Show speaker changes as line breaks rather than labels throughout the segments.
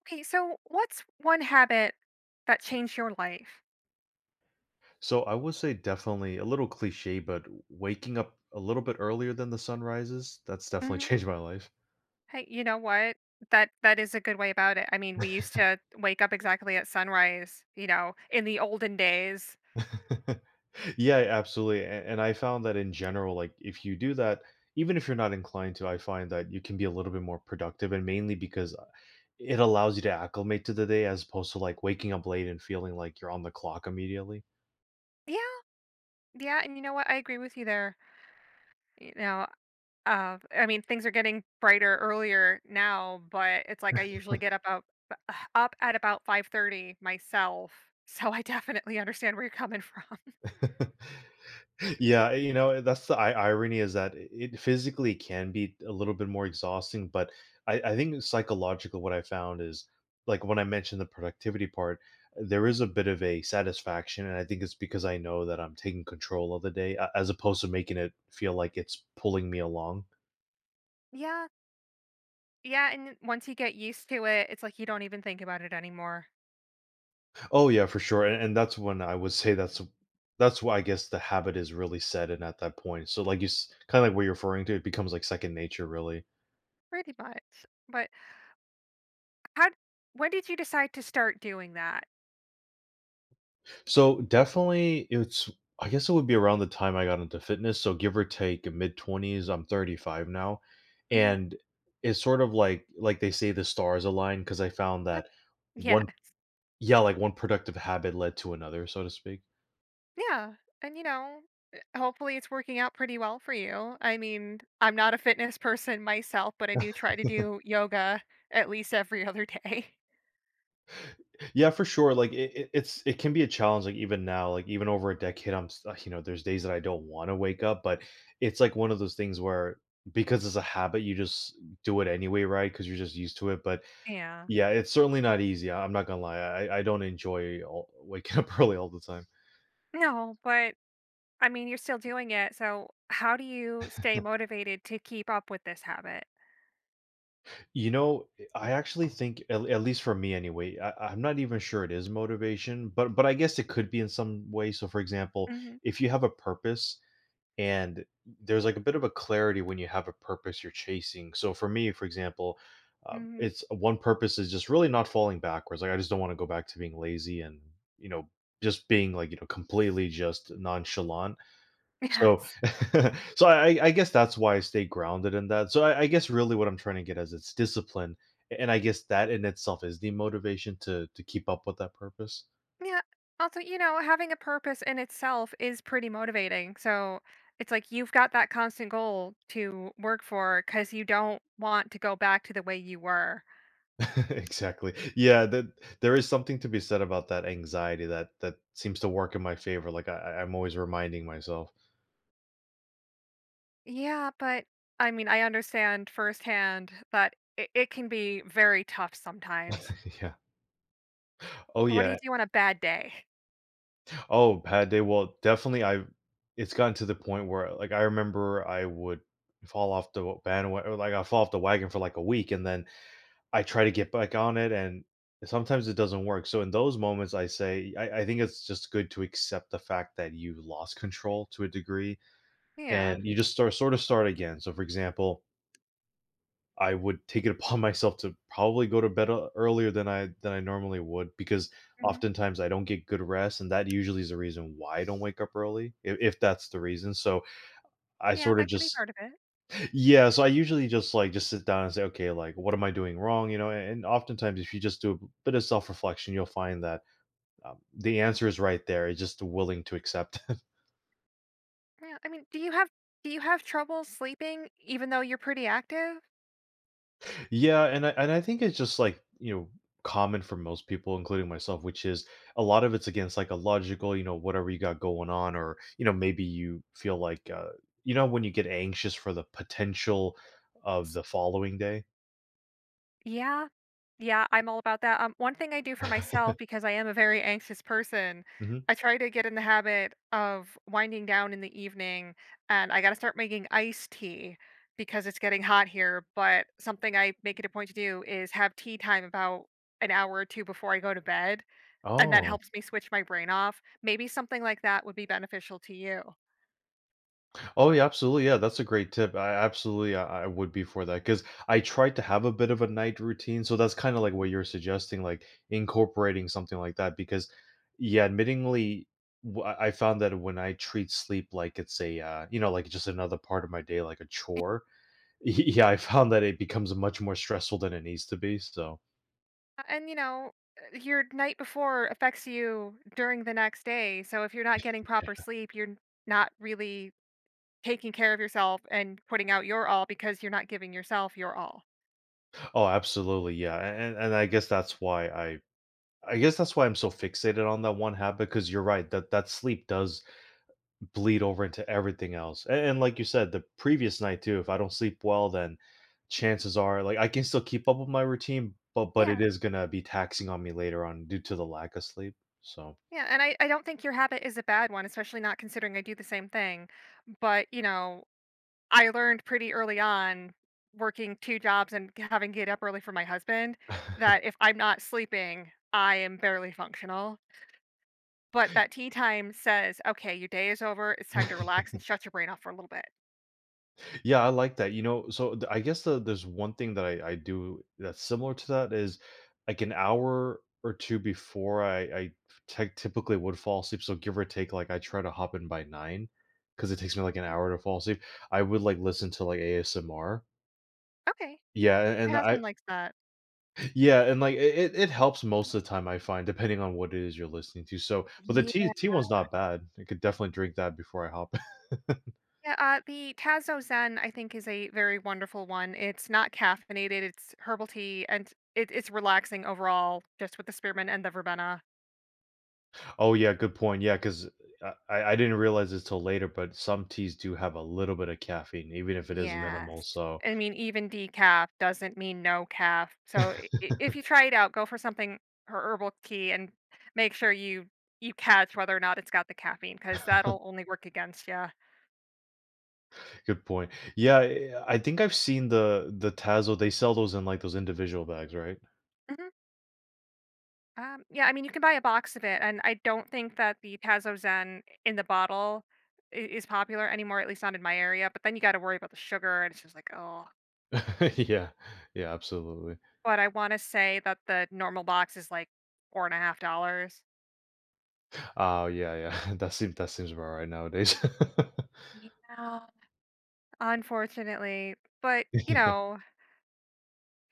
Okay, so what's one habit that changed your life?
So I would say, definitely a little cliche, but waking up a little bit earlier than the sun rises, that's definitely
Hmm.
changed my life.
Hey, you know what? That is a good way about it. I mean, we used to wake up exactly at sunrise, in the olden days.
Yeah, absolutely. And I found that in general, like if you do that, even if you're not inclined to, I find that you can be a little bit more productive, and mainly because it allows you to acclimate to the day as opposed to like waking up late and feeling like you're on the clock immediately.
Yeah, yeah, and you know what? I agree with you there. You know, I mean, things are getting brighter earlier now, but it's like I usually get up at about 5:30 myself, so I definitely understand where you're coming from.
Yeah, you know, that's the I irony, is that it physically can be a little bit more exhausting, but I think psychological what I found is, like when I mentioned the productivity part, there
Mm.
is a bit of a satisfaction, and I think it's because I know that I'm taking control of the day as opposed to making it feel like it's pulling me along.
Yeah, yeah, and once you get used to it, it's like you don't even think about it anymore,
Oh yeah, for sure, and that's when I would say that's that's why, I guess, the habit is really set in at that point. So like you, kind of like what you're referring to, it becomes like second nature, really.
pretty much. But how d when did you decide to start doing that?
So definitely, it's, I guess it would be around the time I got into fitness. So give or take mid twenties, I'm 35 now,
Mhm.
and it's sort of like they say, the stars align, because I found
Uh,
that
yeah.
one yeah, like one productive habit led to another, so to speak.
Yeah, and hopefully it's working out pretty well for you. I mean, I'm not a fitness person myself, but I do try to do yoga at least every other day.
Yeah, for sure. Like it can be a challenge. Like even now, like even over a decade, you know, there's days that I don't want to wake up, but it's like one of those things where, because it's a habit, you just do it anyway, right? Because you're just used to it, but
Yeah.
yeah, it's certainly not easy. I'm not gonna lie. I don't enjoy all, waking up early all the time.
No, but, I mean, you're still doing it, so how do you stay motivated to keep up with this habit?
You know, I actually think, at least for me anyway, I'm not even sure it is motivation, but I guess it could be in some way. So, for example,
Mhm.
if you have a purpose, and there's like a bit of a clarity when you have a purpose you're chasing. So, for me, for example,
Mhm.
it's one purpose is just really not falling backwards. Like I just don't want to go back to being lazy and, you know, just being like, you know, completely just nonchalant. So,
Yes.
so I guess that's why I stay grounded in that. So I guess really what I'm trying to get is it's discipline, and I guess that in itself is the motivation to keep up with that purpose.
Yeah. Also, having a purpose in itself is pretty motivating. So it's like you've got that constant goal to work for because you don't want to go back to the way you were.
Exactly. Yeah, that, there is something to be said about that anxiety, that seems to work in my favor. Like I'm always reminding myself.
Yeah, but I mean, I understand firsthand that it can be very tough sometimes.
Yeah. Oh
So what do you
yeah.
do on a bad day?
Oh, bad day. Well, definitely, I, it's gotten to the point where, like I remember I would fall off the bandwagon, like I fall off the wagon for like a week, and then I try to get back on it, and sometimes it doesn't work. So in those moments, I say, I think it's just good to accept the fact that you lost control to a degree,
Yeah.
and you just start, sort of start again. So for example, I would take it upon myself to probably go to bed earlier than I normally would, because
Hmm.
oftentimes I don't get good rest, and that usually is the reason why I don't wake up early, if that's the reason. So I
Yeah,
sort of
that could be
just,
part of it.
yeah, so I usually just like just sit down and say, okay, like what am I doing wrong? You know, and oftentimes if you just do a bit of self reflection, you'll find that the answer is right there. It's just willing to accept.
Yeah. I mean, do you have trouble sleeping even though you're pretty active?
Yeah, and I think it's just, like, you know, common for most people, including myself, which is a lot of it's again psychological. You know, whatever you got going on, or you know, maybe you feel like, you know, when you get anxious for the potential of the following day.
Yeah. Yeah, I'm all about that. One thing I do for myself because I am a very anxious person,
Hmm.
I try to get in the habit of winding down in the evening, and I got to start making iced tea because it's getting hot here, but something I make it a point to do is have tea time about an hour or two before I go to bed, and that
Oh.
helps me switch my brain off. Maybe something like that would be beneficial to you.
Oh, yeah, absolutely. Yeah, that's a great tip. I absolutely, I would be for that, because I tried to have a bit of a night routine. So that's kind of like what you're suggesting, like incorporating something like that. Because, yeah, admittingly, I found that when I treat sleep like it's a, you know, like just another part of my day, like a chore. Yeah, I found that it becomes much more stressful than it needs to be. So,
And, your night before affects you during the next day. So if you're not getting proper sleep, you're not really taking care of yourself and putting out your all because you're not giving yourself your all.
oh, absolutely, yeah, and and I guess that's why I guess that's why I'm so fixated on that one habit, because you're right that sleep does bleed over into everything else. And like you said, the previous night too, if I don't sleep well, then chances are like I can still keep up with my routine, but it
Yeah.
is gonna be taxing on me later on due to the lack of sleep. So
Yeah. And I don't think your habit is a bad one, especially not considering I do the same thing. But, you know, I learned pretty early on working two jobs and having to get up early for my husband that if I'm not sleeping, I am barely functional. But that tea time says, "Okay, your day is over. It's time to relax and shut your brain off for a little bit."
yeah, I like that. You know, so I guess there's one thing that I do that's similar to that, is like an hour or two before I typically would fall asleep. So give or take, like I try to hop in by nine, because it takes me like an hour to fall asleep. I would like listen to like ASMR.
Okay.
Yeah,
My
and
husband
I,
likes that.
yeah, and, like, it helps most of the time, I find, depending on what it is you're listening to, so, but the tea
Yeah.
tea one's not bad. I could definitely drink that before I hop.
Yeah, the Tazo Zen, I think, is a very wonderful one. It's not caffeinated, it's herbal tea, and it's relaxing overall just with the spearmint and the verbena.
Oh, yeah, good point. Yeah, because I didn't realize this till later, but some teas do have a little bit of caffeine, even if it is minimal,
Yes.
so,
I mean, even decaf doesn't mean no calf. So I if you try it out, go for something herbal tea, and make sure you catch whether or not it's got the caffeine, because 'cause that'll only work against you.
good point. Yeah, I think I've seen the Tazo, they sell those in, like, those individual bags, right?
Yeah, I mean, you can buy a box of it, and I don't think that the Tazo Zen in the bottle I is popular anymore, at least not in my area, but then you gotta worry about the sugar, and it's just like, oh.
Yeah, yeah, absolutely.
But I wanna say that the normal box is, like, 4 and a half dollars.
Oh, yeah, yeah, that seems about right nowadays.
5. Yeah, unfortunately, but, you know,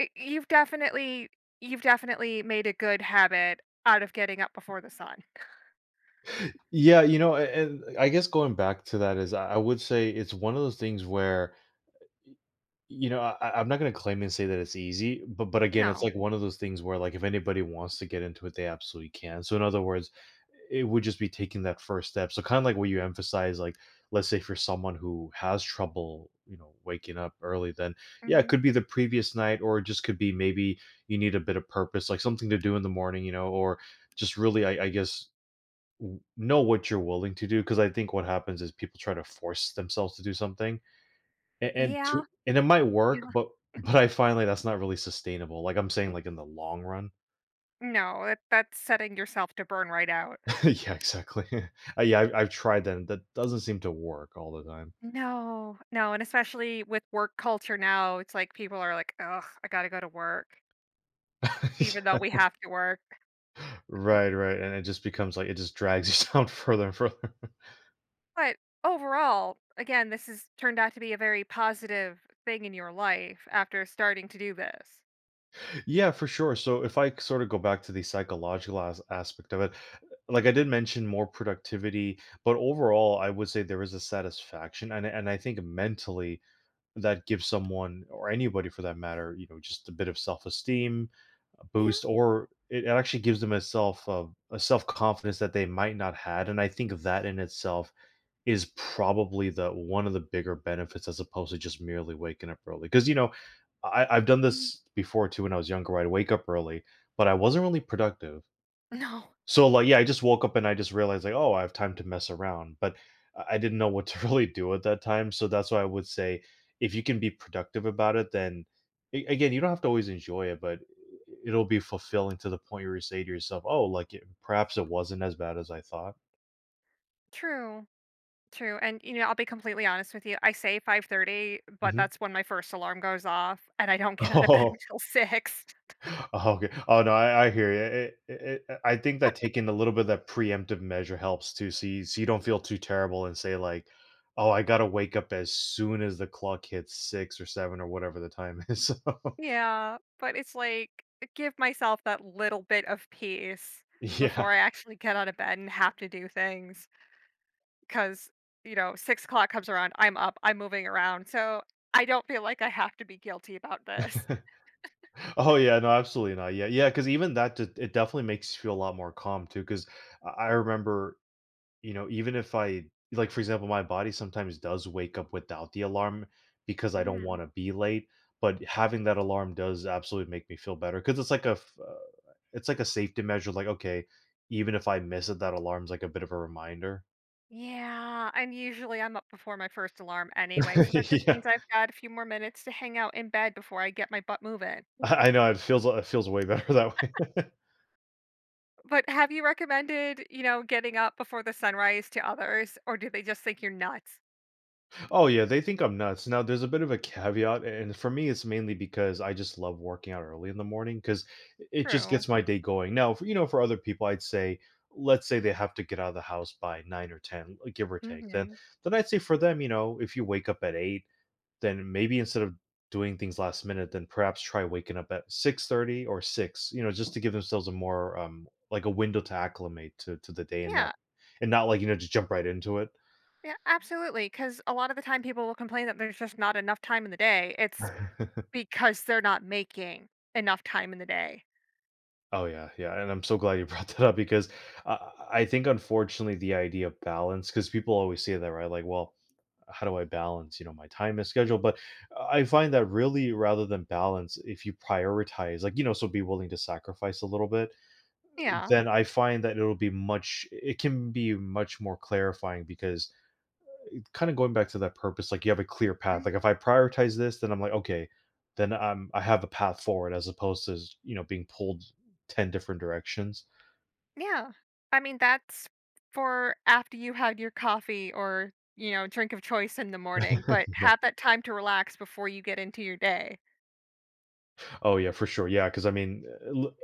I you've definitely made a good habit out of getting up before the sun. Mm.
Yeah, you know, and I guess going back to that is, I would say it's one of those things where, y- you know, I'm not going to claim and say that it's easy, but again, it's
No.
like one of those things where, like if anybody wants to get into it, they absolutely can. So in other words, it would just be taking that first step. So kind of like what you emphasize, like let's say for someone who has trouble, you know, waking up early, then yeah, it
Mhm.
could be the previous night, or it just could be, maybe you need a bit of purpose, like something to do in the morning, you know, or just really, I guess know what you're willing to do, because I think what happens is people try to force themselves to do something,
Yeah,
and it might work,
yeah.
but but I find like that's not really sustainable. Like I'm saying, like in the long run.
No, that's setting yourself to burn right out.
Yeah, exactly. Yeah, I've tried that. And that doesn't seem to work all the time.
No, no, and especially with work culture now, it's like people are like, "Ugh, I gotta go to work," even though we have to work.
Right, right, and it just becomes like, it just drags you down further and further.
But overall, again, this has turned out to be a very positive thing in your life after starting to do this.
Yeah, for sure. So if I sort of go back to the psychological aspect of it, like I
Mhm.
did mention more productivity, but overall I would say there is a satisfaction, and I think, mentally, that gives someone, or anybody for that matter, you know, just a bit of self-esteem boost,
Yeah.
or it actually gives them a self a self-confidence that they might not had, and I think that in itself is probably the one of the bigger benefits, as opposed to just merely waking up early. Because you know, I've done
Mm.
this before too. When I was younger, I'd wake up early, but I wasn't really productive.
No.
So, like, yeah, I just woke up and I just realized, like, "Oh, I have time to mess around," but I didn't know what to really do at that time, so that's why I would say, if you can be productive about it, then a again, you don't have to always enjoy it, but it'll be fulfilling to the point where you say to yourself, "Oh, like, it perhaps it wasn't as bad as I thought."
True. True. And you know, I'll be completely honest with you. I say 5:30, but
Mhm.
that's when my first alarm goes off, and I don't get out of bed until 6.
Oh, okay. Oh, no, I hear you. It I think that taking a little bit of that preemptive measure helps too, so you don't feel too terrible and say like, "Oh, I gotta wake up as soon as the clock hits 6 or 7 or whatever the time is." So,
Yeah, but it's like, give myself that little bit of peace
yeah.
before I actually get out of bed and have to do things. Because, you know, 6 o'clock comes around, I'm up, I'm moving around. So I don't feel like I have to be guilty about this.
Oh, yeah, no, absolutely not. Yeah, yeah. Because even that d it definitely makes you feel a lot more calm too, 'cause I remember. You know, even if I, like, for example, my body sometimes does wake up without the alarm because I don't
Mhm.
want to be late, but having that alarm does absolutely make me feel better because it's like a it's like a safety measure. Like, okay, even if I miss it, that alarm's like a bit of a reminder.
Yeah, and usually I'm up before my first alarm anyway, so that just
Yeah,
means I've got a few more minutes to hang out in bed before I get my butt moving.
I know it feels way better that way.
But have you recommended, you know, getting up before the sunrise to others, or do they just think you're nuts?
Oh yeah, they think I'm nuts. Now there's a bit of a caveat, and for me, it's mainly because I just love working out early in the morning because it just
True.
gets my day going. Now, for, you know, for other people, I'd say, let's say they have to get out of the house by nine or ten, like, give or take. Then,
Hmm.
then I'd say for them, you know, if you wake up at eight, then maybe instead of doing things last minute, then perhaps try waking up at 6:30 or six. You know, just to give themselves a more like a window to acclimate to the day and not
Yeah,
and not, like, you know, just jump right into it.
yeah, absolutely. Because a lot of the time people will complain that there's just not enough time in the day. It's because they're not making enough time in the day.
Oh yeah, yeah, and I'm so glad you brought that up because I think, unfortunately, the idea of balance, because people always say that, right? Like, well, how do I balance, you know, my time and schedule? But I find that really, rather than balance, if you prioritize, like, you know, so be willing to sacrifice a little bit,
Yeah.
then I find that it'll be much, it can be much more clarifying because kind of going back to that purpose, like you have a clear path. Like if I prioritize this, then I'm like, okay, then I have a path forward as opposed to, you know, being pulled ten different directions.
Yeah. I mean, that's for after you had your coffee or, you know, drink of choice in the morning, but
Yeah.
have that time to relax before you get into your day.
Oh yeah, for sure. Yeah, because I mean,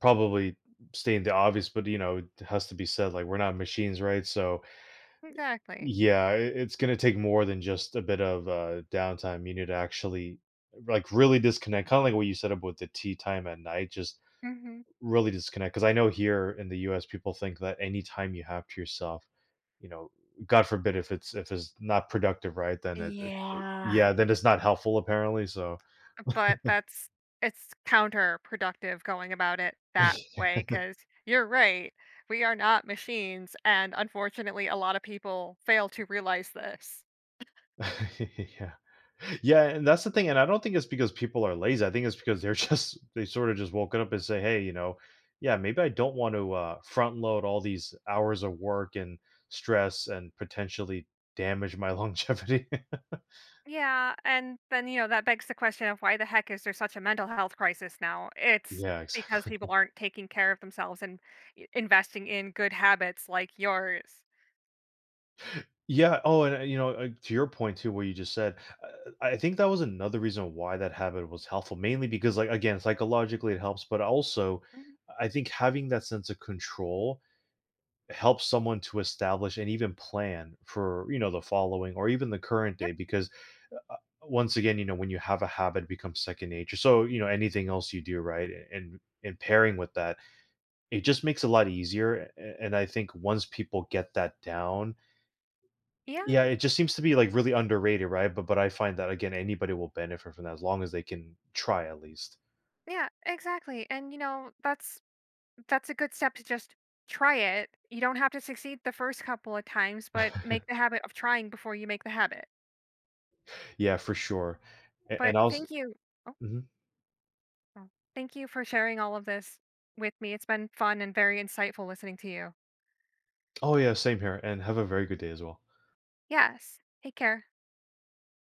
probably staying the obvious, but you know, it has to be said. Like, we're not machines, right? So
Exactly.
yeah, it's gonna take more than just a bit of downtime. You need to actually, like, really disconnect, kind of like what you said up with the tea time at night. Just
Mhm.
really disconnect, because I know here in the U.S. people think that any time you have to yourself, you know, God forbid if it's not productive, right? Then it
Yeah.
yeah, then it's not helpful apparently. So
But that's it's counterproductive going about it that way because you're right. We are not machines, and unfortunately, a lot of people fail to realize this.
yeah. Yeah, and that's the thing, and I don't think it's because people are lazy. I think it's because they're just they sort of just woken up and say, "Hey, you know, yeah, maybe I don't want to front load all these hours of work and stress and potentially damage my longevity."
Yeah, and then, you know, that begs the question of why the heck is there such a mental health crisis now? It's
Yeah,
because people
exactly.
aren't taking care of themselves and investing in good habits like yours.
Yeah. Oh, and you know, to your point too, what you just said, I think that was another reason why that habit was helpful. Mainly because, like, again, psychologically it helps, but also,
Mhm.
I think having that sense of control helps someone to establish and even plan for, you know, the following or even the current
Yep.
day because uh, once again, you know, when you have a habit it becomes second nature, so you know anything else you do, right? And pairing with that, it just makes it a lot easier. And I think once people get that down,
Yeah.
yeah, it just seems to be like really underrated, right? But I find that again, anybody will benefit from that as long as they can try at least.
Yeah, exactly. And you know, that's a good step to just try it. You don't have to succeed the first couple of times, but make the habit of trying before you make the habit.
Yeah, for sure. And
But
I was.
thank you. Oh,
Mhm.
oh. Thank you for sharing all of this with me. It's been fun and very insightful listening to you.
Oh yeah, same here, and have a very good day as well.
Yes. Take care.